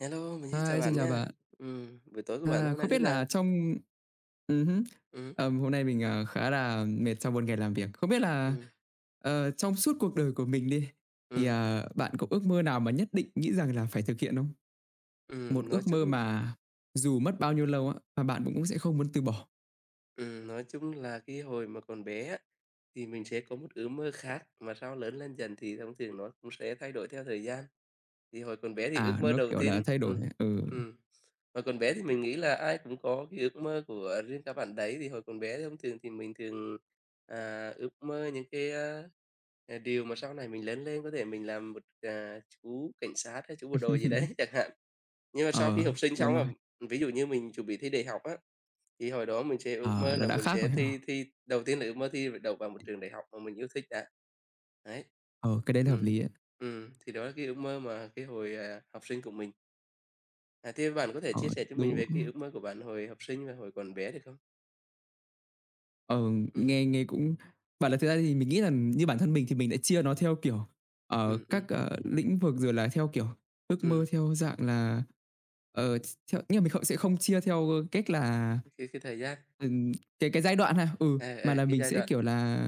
Hello, mình xin chào Hi, xin bạn chào nha. bạn. Buổi tối của bạn À, hôm không nay thế biết là nào? trong hứm, Ừm, Hôm nay mình, khá là mệt sau một ngày làm việc. Không biết là, ừm, trong suốt cuộc đời của mình đi, thì, ừm, bạn có ước mơ nào mà nhất định nghĩ rằng là phải thực hiện không? Một ừm, nói ước mơ chung mà dù mất bao nhiêu lâu á, mà bạn cũng cũng sẽ không muốn từ bỏ. Nói chung là cái hồi mà còn bé á, thì mình sẽ có một ước mơ khác, mà sau lớn lên dần thì thông thường nó cũng sẽ thay đổi theo thời gian. Thì hồi còn bé thì À, ước mơ nó, đầu kiểu là, tiên, thay đổi ấy, ừ. ừm, hồi còn bé thì mình nghĩ là ai cũng có cái ước mơ của riêng các bạn đấy. Thì hồi còn bé thì thông thường thì mình thường ước mơ những cái, điều mà sau này mình lớn lên có thể mình làm một chú cảnh sát hay chú bộ đội gì đấy chẳng hạn. Nhưng mà sau khi Ờ, học sinh đúng xong rồi, á, ví dụ như mình chuẩn bị thi đại học á, thì hồi đó mình sẽ ước ờ, mơ là là đã mình khác sẽ rồi ha. thi thi đầu tiên là ước mơ thi đậu vào một trường đại học mà mình yêu thích đã. Đấy. Ờ, cái đấy là hợp Ừm, lý á. Thì đó là cái ước mơ mà cái hồi học sinh của mình. À, thế bạn có thể Ờ, chia sẻ cho mình đúng. về cái ước mơ của bạn hồi học sinh và hồi còn bé được không? Ờ, Ừm, nghe nghe cũng bảo là thực ra thì mình nghĩ là như bản thân mình thì mình đã chia nó theo, kiểu, ở ừm, các, ừm, lĩnh vực rồi là theo, kiểu, ước mơ ừm, theo dạng là, ờ, th theo nghĩa là mình không sẽ không chia theo cách là, cái thời gian, ừm, cái giai đoạn ha, ừ, mà ờ, là cái mình giai sẽ, đoạn. kiểu là,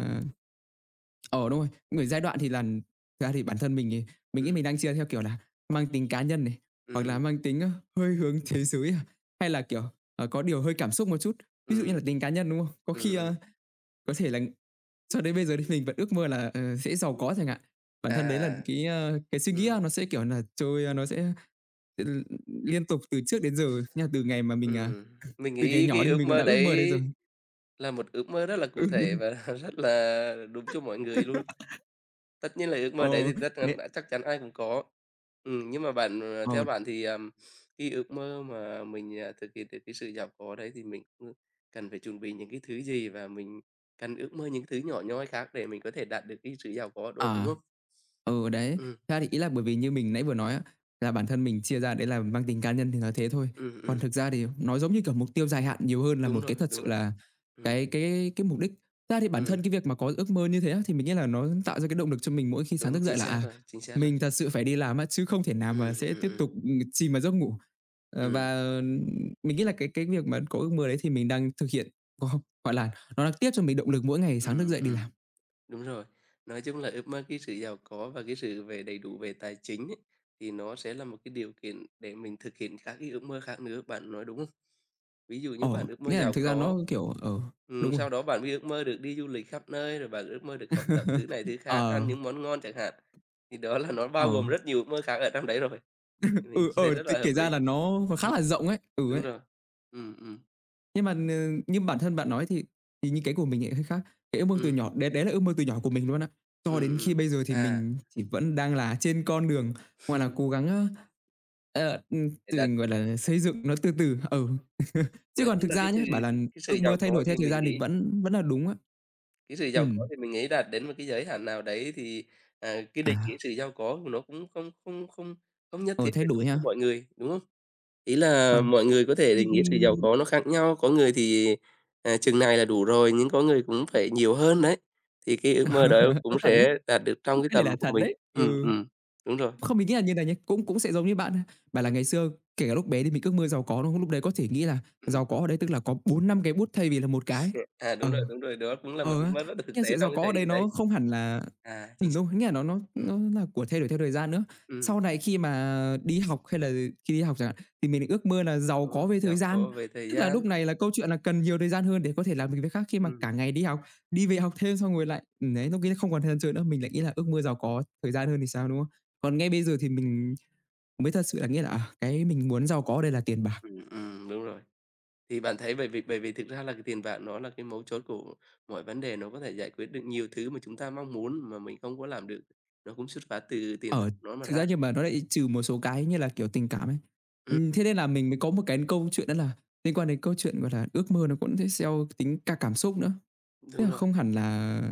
ờ, đúng rồi, người giai đoạn thì là thực ra thì bản thân mình thì mình nghĩ mình Ừm, đang chia theo, kiểu là, mang tính cá nhân này, hoặc là ừm, mang tính, hơi hướng thế giới à, hay là, kiểu, có điều hơi cảm xúc một chút. Ví dụ như là ừm, tính cá nhân, đúng không? Có ừm, khi, ừm, có thể là cho đến bây giờ thì mình vẫn ước mơ là, sẽ giàu có chẳng hạn. Bản à, thân đấy là cái, cái suy nghĩ ừm, á, nó sẽ, kiểu nà, chơi, nó sẽ, ừm, liên tục từ trước đến giờ, nha từ ngày mà mình, ừm. Mình từ ngày nghĩ nhỏ cái đi ước mình cũng mơ đã ước mơ đấy rồi. đấy là một ước mơ rất là cụ Ừ. thể và rất là đúng cho mọi người luôn. Tất nhiên là ước Ờ, mơ đấy thì tất chắn đấy, chắc chắn ai cũng có. Nhưng mà bạn, ờ, theo bạn thì, cái ước mơ mà mình thực hiện được cái sự giàu có đấy thì mình cũng cần phải chuẩn bị những cái thứ gì, và mình cần ước mơ những thứ nhỏ nhoi khác để mình có thể đạt được cái sự giàu có đó, đúng à. không? Ừ, đấy. Ừm, Thật ra thì ý là bởi vì như mình nãy vừa nói á, là bản thân mình chia ra đấy là mang tính cá nhân thì là thế thôi. ừm, Còn ừm, thực ra thì nó giống như, kiểu, mục tiêu dài hạn nhiều hơn là Đúng một cái rồi, thật đúng sự rồi. là Ừm, cái mục đích. Thật ra thì bản ừm, thân cái việc mà có ước mơ như thế á, thì mình nghĩ là nó tạo ra cái động lực cho mình mỗi khi sáng thức Đúng, dậy chính là, xác rồi, chính xác rồi. mình thật sự phải đi làm á, chứ không thể nào mà Ừm, sẽ ừm, tiếp ừm, tục, chìm vào giấc ngủ. Ờ, ừm, và mình nghĩ là cái việc mà có ước mơ đấy thì mình đang thực hiện có gọi là, nó đang tiếp cho mình động lực mỗi ngày sáng thức ừm, dậy đi làm. ừm. Đúng rồi. Nói chung là ước mơ cái sự giàu có và cái sự về đầy đủ về tài chính ấy, thì nó sẽ là một cái điều kiện để mình thực hiện các cái ước mơ khác nữa, bạn nói đúng không? Ví dụ như bạn Ồ, ước mơ nghĩa là giàu thực ra có, nó, kiểu, ở đúng rồi. sau đó bạn mới ước mơ được đi du lịch khắp nơi, rồi bạn ước mơ được học tập thứ này thứ khác, Ờ, ăn những món ngon chẳng hạn, thì đó là nó ờ, bao gồm rất nhiều ước mơ khác ở trong đấy rồi, thì mình ừ, thấy ờ, rất t là hợp Kể ra lý. là nó còn khá là rộng ấy, ừ Đúng ấy. rồi. Ừm, ừm, Nhưng mà, như bản thân bạn nói thì như cái của mình lại hơi khác. Cái ước mơ từ ừm, nhỏ đấy đấy là ước mơ từ nhỏ của mình luôn á. Cho ừm, đến khi ừm. bây giờ thì À, mình chỉ vẫn đang là trên con đường, gọi là, cố gắng, để từ, đạt gọi là, xây dựng nó từ từ, ừ. Chứ Nói còn chung thực là cái ra sự nhé, bảo là cái cái sự ước giàu mơ thay có đổi theo thì thời mình gian thì nghĩ. vẫn vẫn là đúng á. Cái sự Ừ. giàu có thì mình nghĩ đạt đến một cái giới hạn nào đấy thì cái định nghĩa à, sự giàu có của nó cũng không không không không nhất ờ, thiết Thay phải đúng đổi ha? cho mọi người, đúng không? Ý là Ờ, mọi người có thể thì, định nghĩa sự giàu ừm, có nó khác nhau, có người thì chừng này là đủ rồi, nhưng có người cũng phải nhiều hơn đấy, thì cái ờ, ước mơ đó cũng Thật đấy, sẽ đạt được trong cái cái này tầm là của thật mình. đấy, Ừm, ừ. ừm, đúng rồi, Không, mình nghĩ là như này nhé cũng cũng sẽ giống như bạn thôi. Bảo là ừm, ngày xưa kể cả lúc bé thì mình ước mơ giàu có, đúng không? Lúc đấy có thể nghĩ là ừm. giàu có ở đây tức là có 4 5 cái bút thay vì là một cái. OK. À, Ờ, đúng rồi, đó cũng là một ờ, ước á, mơ rất là thực nhưng tế sự giàu trong cái có ở thời đây điểm nó đấy. không hẳn là. À, chính xác. Đúng, nghĩa là nó nó Ừm, nó là của thay đổi theo thời gian nữa. ừm, Sau này khi mà đi học hay là khi đi học chẳng hạn, thì mình lại ước mơ là giàu có đúng, về thời giàu gian. có về thời Tức là gian, lúc này là câu chuyện là cần nhiều thời gian hơn để có thể ừm. làm việc việc khác khi mà cả ngày đi học, đi về học thêm xong rồi lại, đấy, lúc ấy không còn thời gian chơi nữa, mình lại nghĩ là ước mơ giàu có thời gian hơn thì sao, đúng không? Còn ngay bây giờ thì mình mới thật sự là nghĩ là, cái mình muốn giàu có ở đây là tiền bạc. Đúng rồi. Thì bạn thấy, bởi vì thực ra là cái tiền bạc nó là cái mấu chốt của mọi vấn đề, nó có thể giải quyết được nhiều thứ mà chúng ta mong muốn mà mình không có làm được, nó cũng xuất phát từ tiền bạc Ờ, nó mà thực ra. ra nhưng mà nó lại trừ một số cái như là, kiểu, tình cảm ấy. Ừm, Thế nên là mình mới có một cái câu chuyện đó là liên quan đến câu chuyện, gọi là, ước mơ nó cũng sẽ gieo tính cảm xúc nữa. Tức đúng là rồi. không hẳn là,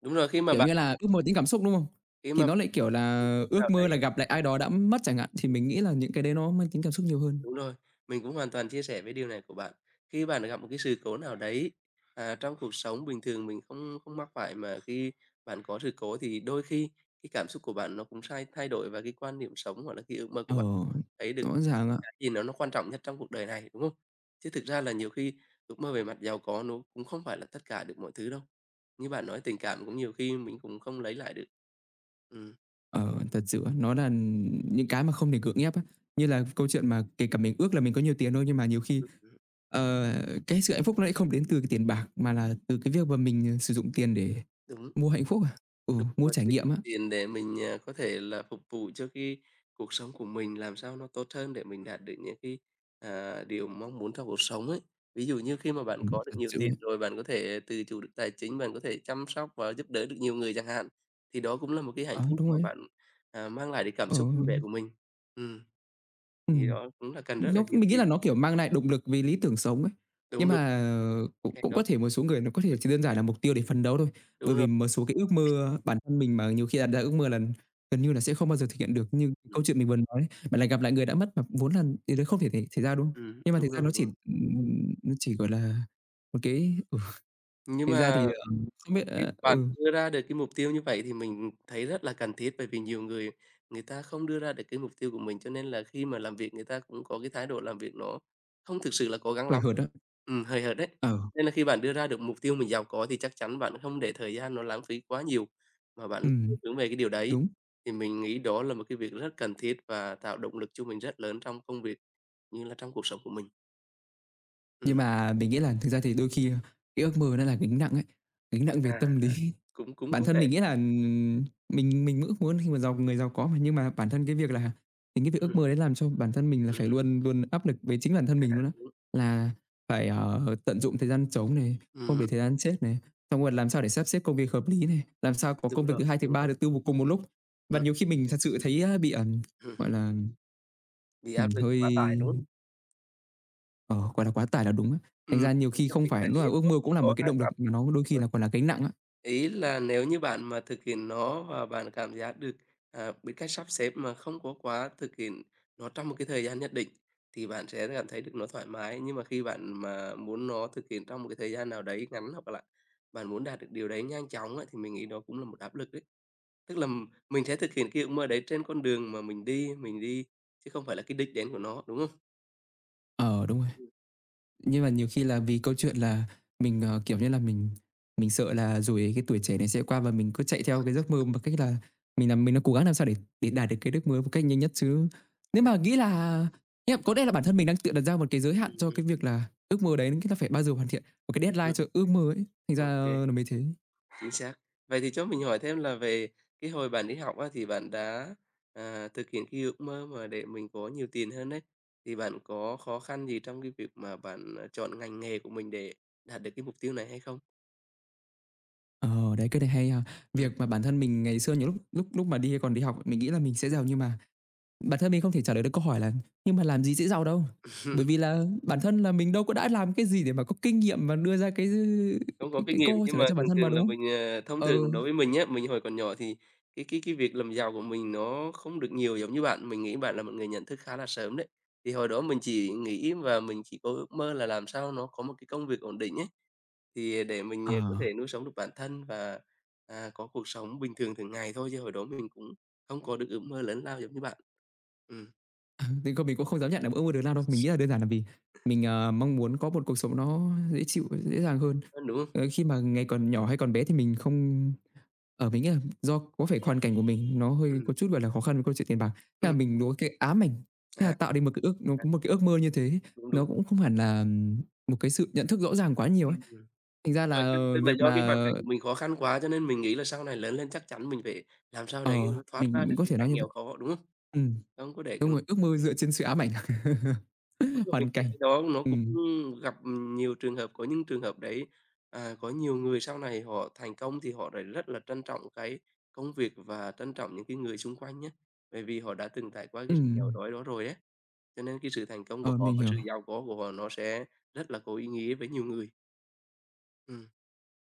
Đúng rồi. Khi mà kiểu bạn như là, ước mơ tính cảm xúc, đúng không? khi Thì mà nó lại, kiểu là, ước mơ là gặp lại ai đó đã mất chẳng hạn, thì mình nghĩ là những cái đấy nó mang tính cảm xúc nhiều hơn. Đúng rồi, mình cũng hoàn toàn chia sẻ với điều này của bạn. Khi bạn gặp một cái sự cố nào đấy trong cuộc sống bình thường mình không không mắc phải, mà khi bạn có sự cố thì đôi khi cái cảm xúc của bạn nó cũng sai thay đổi, và cái quan niệm sống hoặc là cái ước mơ của Ờ, bạn thấy được rõ ràng ạ. cái gì nó quan trọng nhất trong cuộc đời này, đúng không? Chứ thực ra là nhiều khi ước mơ về mặt giàu có nó cũng không phải là tất cả được mọi thứ đâu. Như bạn nói tình cảm cũng nhiều khi mình cũng không lấy lại được. Ừm, Ờ, thật sự á, nó là những cái mà không thể cưỡng ép á. Như là câu chuyện mà kể cả mình ước là mình có nhiều tiền thôi, nhưng mà nhiều khi, ừm, ừm, ờ, cái sự hạnh phúc nó lại không đến từ cái tiền bạc, mà là từ cái việc mà mình, sử dụng tiền để đúng. mua hạnh phúc à? Ừ, Đúng mua rồi, trải sử dụng nghiệm á. tiền để mình có thể là phục vụ cho cái cuộc sống của mình làm sao nó tốt hơn để mình đạt được những cái điều mong muốn trong cuộc sống ấy. Ví dụ như khi mà bạn có được Thật nhiều sự tiền rồi, bạn có thể tự chủ được tài chính, bạn có thể chăm sóc và giúp đỡ được nhiều người chẳng hạn, thì đó cũng là một cái hạnh Đó, phúc đúng mà rồi. bạn mang lại được cảm Ờ, xúc vui vẻ của mình. Ừ, thì ừm. đó cũng là cần rất là nhiều Mình nghĩ tiền. là nó, kiểu, mang lại động lực vì lý tưởng sống ấy. Nhưng Đúng, đúng, mà cũng cái cũng có đó, thể một số người nó có thể chỉ đơn giản là mục tiêu để phấn đấu thôi, bởi đúng vì rồi. một số cái ước mơ bản thân mình mà nhiều khi đặt ra ước mơ là gần như là sẽ không bao giờ thực hiện được, như Ừm, câu chuyện mình vừa nói ấy, bạn lại gặp lại người đã mất mà vốn là điều đấy không thể thể xảy ra, đúng không? Nhưng mà thực đúng ra rồi, đúng rồi. Nó chỉ, gọi là, một cái ừ, Nhưng thực ra thì, mà không biết, khi bạn ừ, đưa ra được cái mục tiêu như vậy thì mình thấy rất là cần thiết, bởi vì nhiều người người ta không đưa ra được cái mục tiêu của mình, cho nên là khi mà làm việc người ta cũng có cái thái độ làm việc nó không thực sự là cố gắng hời lắm. hợt á. Hời hợt đấy. Ờ, Nên là khi bạn đưa ra được mục tiêu mình giàu có thì chắc chắn bạn không để thời gian nó lãng phí quá nhiều, mà bạn ừm, luôn hướng về cái điều đấy. đúng. Thì mình nghĩ đó là một cái việc rất cần thiết và tạo động lực cho mình rất lớn trong công việc như là trong cuộc sống của mình. Nhưng Ừm, mà mình nghĩ là thực ra thì đôi khi cái ước mơ nó là gánh nặng ấy, gánh nặng về à, tâm à, lý. cũng cũng Bản có thân mình thể. nghĩ là, mình ước muốn khi mà người giàu có mà, nhưng mà bản thân cái việc là những cái việc ước mơ Ừm, đấy làm cho bản thân mình là phải ừm, luôn luôn áp lực với chính bản thân À, mình luôn á, đúng. là phải, tận dụng thời gian trống này, không để Ừm. thời gian chết này, xong rồi làm sao để sắp xếp công việc hợp lý này, làm sao có Đúng công việc rồi, thứ Hai, thứ đúng Ba, rồi. thứ Tư cùng một lúc. Và Ừm, nhiều khi mình thật sự thấy, bị, ừm gọi hưm, là, bị áp lực hơi. quá tải, đúng không? Ờ, Gọi là quá tải là đúng á. Thành Ừm, ra nhiều khi mà không mình phải thấy lúc nào ước nó mơ cũng cũng là một có cái hai động lực, mặt mà nó đôi khi thôi. là còn là gánh nặng á. Ý là nếu như bạn mà thực hiện nó và bạn cảm giác được biết cách sắp xếp mà không có quá thực hiện nó trong một cái thời gian nhất định, thì bạn sẽ cảm thấy được nó thoải mái, nhưng mà khi bạn mà muốn nó thực hiện trong một cái thời gian nào đấy ngắn, hoặc là bạn muốn đạt được điều đấy nhanh chóng á, thì mình nghĩ đó cũng là một áp lực đấy. Tức là mình sẽ thực hiện cái ước mơ đấy trên con đường mà mình đi, chứ không phải là cái đích đến của nó, đúng không? Ờ, đúng rồi. Ừm, Nhưng mà nhiều khi là vì câu chuyện là mình, kiểu như là, mình sợ là rồi cái tuổi trẻ này sẽ qua và mình cứ chạy theo cái giấc mơ bằng cách là mình đang cố gắng làm sao để đạt được cái ước mơ một cách nhanh nhất chứ. Nếu mà nghĩ là Nghĩa là có lẽ là bản thân mình đang tự đặt ra một cái giới hạn ừm, cho ừm. cái việc là ước mơ đấy, nghĩa là phải bao giờ hoàn thiện, một cái Được deadline cho rồi. ước mơ ấy, thành ra Ô, là mình thế. chính xác. Vậy thì cho mình hỏi thêm là về cái hồi bạn đi học á, thì bạn đã thực hiện cái ước mơ mà để mình có nhiều tiền hơn đấy, thì bạn có khó khăn gì trong cái việc mà bạn chọn ngành nghề của mình để đạt được cái mục tiêu này hay không? Ờ, đấy, cái này hay ha. Ừm, Việc mà bản thân mình ngày xưa nhiều lúc lúc lúc mà còn đi học, mình nghĩ là mình sẽ ừm. giàu nhưng mà bản thân mình không thể trả lời được câu hỏi là "Nhưng mà làm gì sẽ giàu đâu?" Bởi vì là bản thân là mình đâu có đã làm cái gì để mà có kinh nghiệm mà đưa ra cái Không có kinh nghiệm, câu nhưng trả lời mà cho bản thường thân mà, thường đúng là không? mình, thông thường Ừ, đối với mình nhé, mình hồi còn nhỏ thì cái việc làm giàu của mình nó không được nhiều giống như bạn. Mình nghĩ bạn là một người nhận thức khá là sớm đấy. Thì hồi đó mình chỉ nghĩ và mình chỉ có ước mơ là làm sao nó có một cái công việc ổn định ấy, thì để mình, có ờ. thể nuôi sống được bản thân, và có cuộc sống bình thường thường ngày thôi, chứ hồi đó mình cũng không có được ước mơ lớn lao giống như bạn. Ừm, Thì không Mình cũng không dám nhận là ước mơ lớn lao đâu. Mình nghĩ là đơn giản là vì mình, mong muốn có một cuộc sống nó dễ chịu, dễ dàng hơn. đúng không? Ờ, khi mà ngày còn nhỏ hay còn bé thì mình không mình nghĩ là do có phải hoàn cảnh của mình nó hơi có Ừm, chút, gọi là, khó khăn với câu chuyện tiền bạc, thế là ừm, mình có cái ám ảnh, thế là à, tạo nên một cái ước mơ như thế, đúng, đúng. nó cũng không hẳn là một cái sự nhận thức rõ ràng quá nhiều ấy. Ừm. Thành ra Đúng rồi, là, tức tức là việc do mà cái hoàn cảnh của mình khó khăn quá, cho nên mình nghĩ là sau này lớn lên chắc chắn mình phải làm sao đấy ờ, nó thoát mình ra mình được có cái thể nói cảnh như vậy. nghèo khó, đúng không? Ừm, Không có để đúng cái- rồi, ước mơ dựa trên sự ám ảnh. Đúng là mình Hoàn thấy cảnh. cái đó nó cũng Ừm, gặp nhiều trường hợp, có những trường hợp đấy có nhiều người sau này họ thành công thì họ lại rất là trân trọng cái công việc và trân trọng những cái người xung quanh nhé, bởi vì họ đã từng trải qua cái sự nghèo ừm. đói đó rồi á. Cho nên cái sự thành công của Ờ, họ mình và hiểu. sự giàu có của họ nó sẽ rất là có ý nghĩa với nhiều người. Ừm,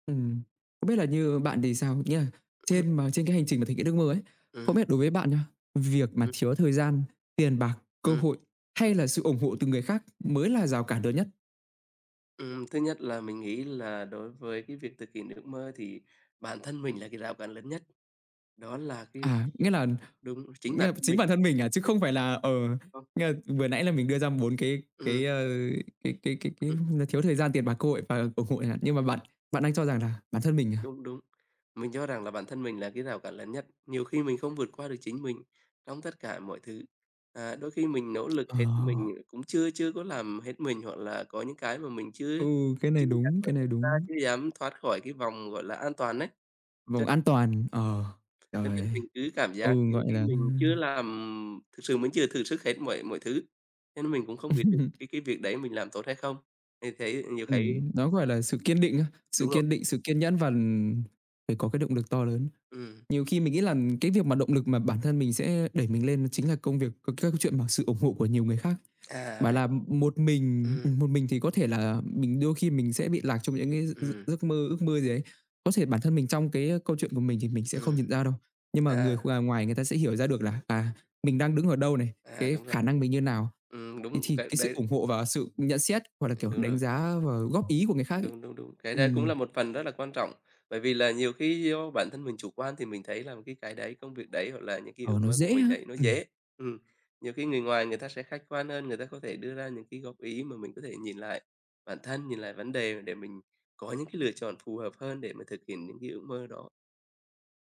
Ừm. Không biết là như bạn thì sao? Nghĩa là trên cái hành trình mà thực hiện ước mơ ấy, ừm, không biết là đối với bạn nhá, việc mà ừm, thiếu thời gian, tiền bạc, cơ ừm. hội hay là sự ủng hộ từ người khác mới là rào cản lớn nhất? Thứ nhất là mình nghĩ là đối với cái việc thực hiện ước mơ thì bản thân mình là cái rào cản lớn nhất, đó là À, nghĩa là đúng, chính nghĩa bản là thân chính mình, bản thân mình à, chứ đúng không phải là, không? nghĩa là vừa nãy là mình đưa ra 4 Ừm, cái, ờ, cái ừm, là thiếu thời gian, tiền bạc, cơ hội và ừm, ủng hộ chẳng hạn, nhưng mà bạn bạn đang cho rằng là bản thân mình à? đúng, đúng. Mình cho rằng là bản thân mình là cái rào cản lớn nhất, nhiều khi mình không vượt qua được chính mình trong tất cả mọi thứ. À, đôi khi mình nỗ Ờ, lực hết mình cũng chưa chưa có làm hết mình, hoặc là có những cái mà mình chưa ừ, cái này chưa dám đúng, mở cái này mắt ra, đúng. chưa dám thoát khỏi cái vòng, gọi là, an toàn đấy. Vòng an toàn, Cho nên trời. mình cứ cảm giác Ừ, nhiều gọi khi là. mình chưa làm thực sự, mình chưa thử sức hết mọi mọi thứ, cho nên mình cũng không biết được cái việc đấy mình làm tốt hay không. Thì thấy nhiều cái nó, gọi là, sự kiên định á, sự đúng rồi. kiên định, sự kiên nhẫn và, phải có cái động lực to lớn. Ừm, Nhiều khi mình nghĩ là cái việc mà động lực mà bản thân mình sẽ đẩy mình lên chính là công việc các chuyện mà sự ủng hộ của nhiều người khác. à, Bảo vậy. là một mình Ừm, một mình thì có thể là mình đôi khi mình sẽ bị lạc trong những cái gi ừm, giấc mơ, ước mơ gì đấy. Có thể bản thân mình trong cái câu chuyện của mình thì mình sẽ không ừm, nhận ra đâu, nhưng mà người kh à, ngoài người ta sẽ hiểu ra được là, à, mình đang đứng ở đâu này, à, cái đúng rồi. khả năng mình như nào. Thế Đúng thì cái cái sự đấy, ủng hộ và sự nhận xét, hoặc là, kiểu, đúng đánh rồi. giá và góp ý của người khác ấy, Đúng, đúng, đúng. Cái đấy cũng ừm, là một phần rất là quan trọng, bởi vì là nhiều khi do bản thân mình chủ quan thì mình thấy là cái đấy, công việc đấy hoặc là những cái ờ, ước nó mơ của dễ mình ha. đấy nó dễ. Ừm, nhiều khi người ngoài người ta sẽ khách quan hơn, người ta có thể đưa ra những cái góp ý mà mình có thể nhìn lại bản thân, nhìn lại vấn đề để mình có những cái lựa chọn phù hợp hơn để mà thực hiện những cái ước mơ đó.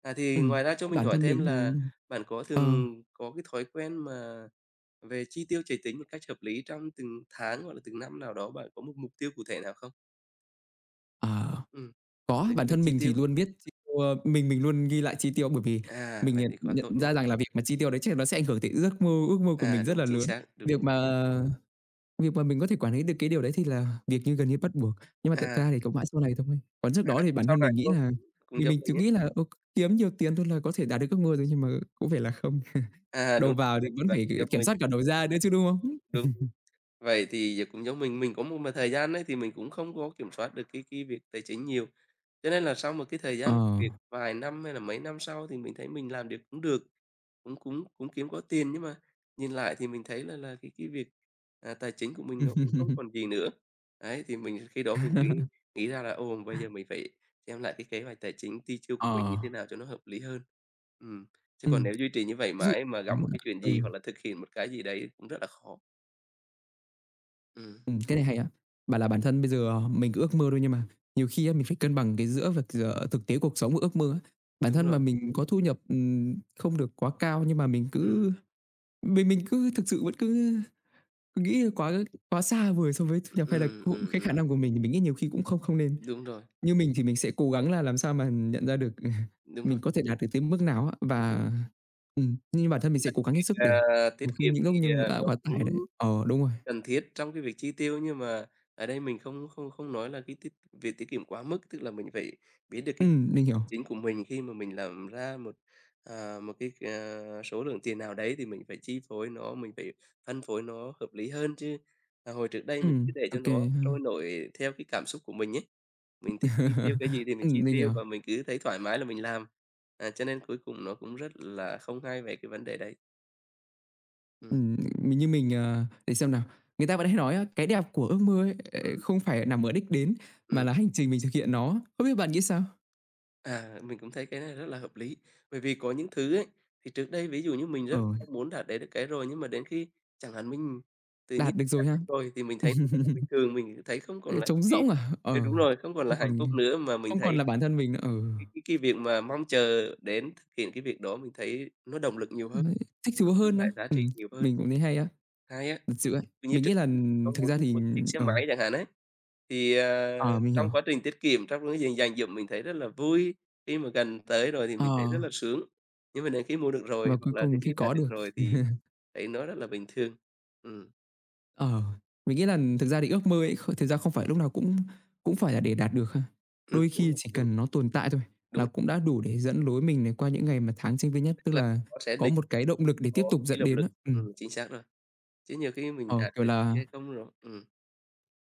À, thì ừm, ngoài ra cho thế mình bản hỏi thân mình, thêm là bạn có ờ, thường có cái thói quen mà về chi tiêu tài chính một cách hợp lý trong từng tháng hoặc là từng năm nào đó, bạn có một mục tiêu cụ thể nào không? à, Ừ. có, Về bản cái việc thân chi mình thì tiêu. luôn biết chi tiêu, mình luôn ghi lại chi tiêu bởi vì À, mình vậy nhận thì quá nhận tốt nè. ra rằng là việc mà chi tiêu đấy chắc nó sẽ ảnh hưởng tới giấc mơ ước mơ của À, mình rất đúng, là chính lớn. xác, đúng, Việc đúng. mà việc mà mình có thể quản lý được cái điều đấy thì là việc như gần như bắt buộc, nhưng mà thật À, ra thì cũng mãi sau này thôi. Còn trước à, đó thì bản sau thân này mình nghĩ cũng là cũng vì giống mình cứ mình ấy. nghĩ là, ừ, kiếm nhiều tiền thôi là có thể đạt được ước mơ rồi, nhưng mà cũng phải là không. À, Đầu đúng rồi, vào thì vậy thì vẫn bạn phải cũng giống kiểm mình, soát cả đầu ra nữa chứ, đúng không? đúng. Vậy thì giờ cũng giống mình có một mà thời gian ấy thì mình cũng không có kiểm soát được cái việc tài chính nhiều. Cho nên là sau một cái thời gian Ờ. làm việc vài năm hay là mấy năm sau thì mình thấy mình làm được. Cũng cũng cũng kiếm có tiền nhưng mà nhìn lại thì mình thấy là cái việc, à, tài chính của mình nó cũng không còn gì nữa. Đấy, thì mình khi đó mình nghĩ nghĩ ra là, ồ, bây giờ mình phải xem lại cái kế hoạch tài chính chi tiêu của mình như Ờ, thế nào cho nó hợp lý hơn. Ừm, chứ còn ừm, nếu duy trì như vậy ví dụ, mãi mà gặp một cái chuyện ừ, gì hoặc là thực hiện một cái gì đấy cũng rất là khó. Ừm, cái này hay á. Bảo là bản thân bây giờ mình cứ ước mơ thôi nhưng mà nhiều khi á mình phải cân bằng cái giữa việc giữa thực tế cuộc sống và ước mơ á. Bản đúng thân mà rồi. mình có thu nhập, không được quá cao nhưng mà mình Ừm, cứ mình mình cứ thực sự vẫn cứ cứ nghĩ quá quá xa vời so với thu nhập hay là ừm, cũng ừm, cái khả ừm, năng của mình thì mình nghĩ nhiều khi cũng không không nên. đúng rồi, Như mình thì mình sẽ cố gắng là làm sao mà nhận ra được, đúng mình rồi. có thể đạt được tới mức nào á, Ừm, và nhưng bản thân mình sẽ cố gắng hết việc, sức để à, tiết nhiều khi kiệm những thì, lúc như à, à, nó quá cũng tải đấy, ờ, đúng rồi. cần thiết trong cái việc chi tiêu, nhưng mà ở đây mình không không không nói là cái việc tiết kiệm quá mức, tức là mình phải biết được cái Mình tài hiểu. chính của mình khi mà mình làm ra một, à, một cái, ờ, số lượng tiền nào đấy thì mình phải chi phối nó, mình phải phân phối nó hợp lý hơn chứ. À, hồi trước đây mình cứ để Ô cho nó kê. trôi nổi theo cái cảm xúc của mình ấy, mình thích chi tiêu cái gì thì mình chi Mình tiêu hiểu. và mình cứ thấy thoải mái là mình làm, à, cho nên cuối cùng nó cũng rất là không hay về cái vấn đề đấy. Ừm, Ừm, mình như mình, ờ để xem nào, người ta vẫn hay nói á, cái đẹp của ước mơ ấy, ờ, ừm, không phải nằm ở đích đến mà ừm. là hành trình mình thực hiện nó. Không biết bạn nghĩ sao? À, mình cũng thấy cái này rất là hợp lý. Bởi vì có những thứ ấy, thì trước đây ví dụ như mình Ờ, rất mong muốn đạt đến được cái rồi, nhưng mà đến khi chẳng hạn mình tự đạt nhiên được đạt rồi ha? đến rồi thì mình thấy nó rất là bình thường, mình thấy không còn Ờ, là trống cái rỗng à? ờ, Ờ, đúng rồi, không còn là không hạnh còn phúc nữa, mà mình không còn thấy là bản thân mình nữa, ừ. cái việc mà mong chờ đến thực hiện cái việc đó mình thấy nó động lực nhiều hơn, Đấy, thích nó thú mang hơn á. lại giá trị nhiều hơn. Mình cũng thấy hay á, Hay á, thật sự á. như Mình trước nghĩ là đây mình mong thực muốn ra mua thì một chiếc xe ờ, máy chẳng hạn ấy, thì, ờ, ờ, mình hiểu. trong quá trình tiết kiệm, trong cái việc dành dụm mình thấy rất là vui, khi mà gần tới rồi thì Ờ, mình thấy rất là sướng. Nhưng mà đến khi mua được và rồi, hoặc cuối là cùng đến khi khi đạt có được được rồi thì thấy nó rất là bình thường. Ừm, ờ, mình nghĩ là thực ra thì ước mơ ấy, thực ra không phải lúc nào cũng cũng phải là để đạt được ha. Đôi đúng khi rồi, chỉ đúng, cần nó tồn tại thôi là đúng, cũng đã đủ để dẫn lối mình này qua những ngày mà tháng sinh viên nhất, tức tức là là nó sẽ có định một cái động lực để có tiếp tục một cái dẫn động đến lực. á. Chính xác rồi. Chứ nhiều khi mình Ờ, đạt kiểu được là, hay không rồi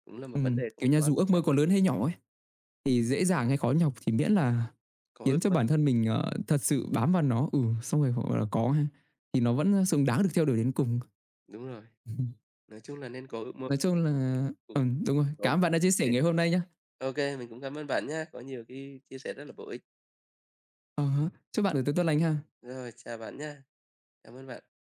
cũng là một vấn đề không kiểu nha, quá dù quan ước mơ trọng. còn lớn hay nhỏ ấy. Thì dễ dàng hay khó nhọc thì miễn là Có khiến ước cho mơ, bản thân mình, ờ, thật sự bám vào nó, ừ, xong rồi, gọi là, có ha, thì nó vẫn xứng đáng được theo đuổi đến cùng. đúng rồi, nói chung là nên có ước mơ. Nói chung là đúng rồi, cảm ơn bạn đã chia sẻ ngày hôm nay nhá. Ô kê, mình cũng cảm ơn bạn nhá, có nhiều cái chia sẻ rất là bổ ích. À, chúc bạn buổi tối tốt lành ha. Rồi, chào bạn nhé, cảm ơn bạn.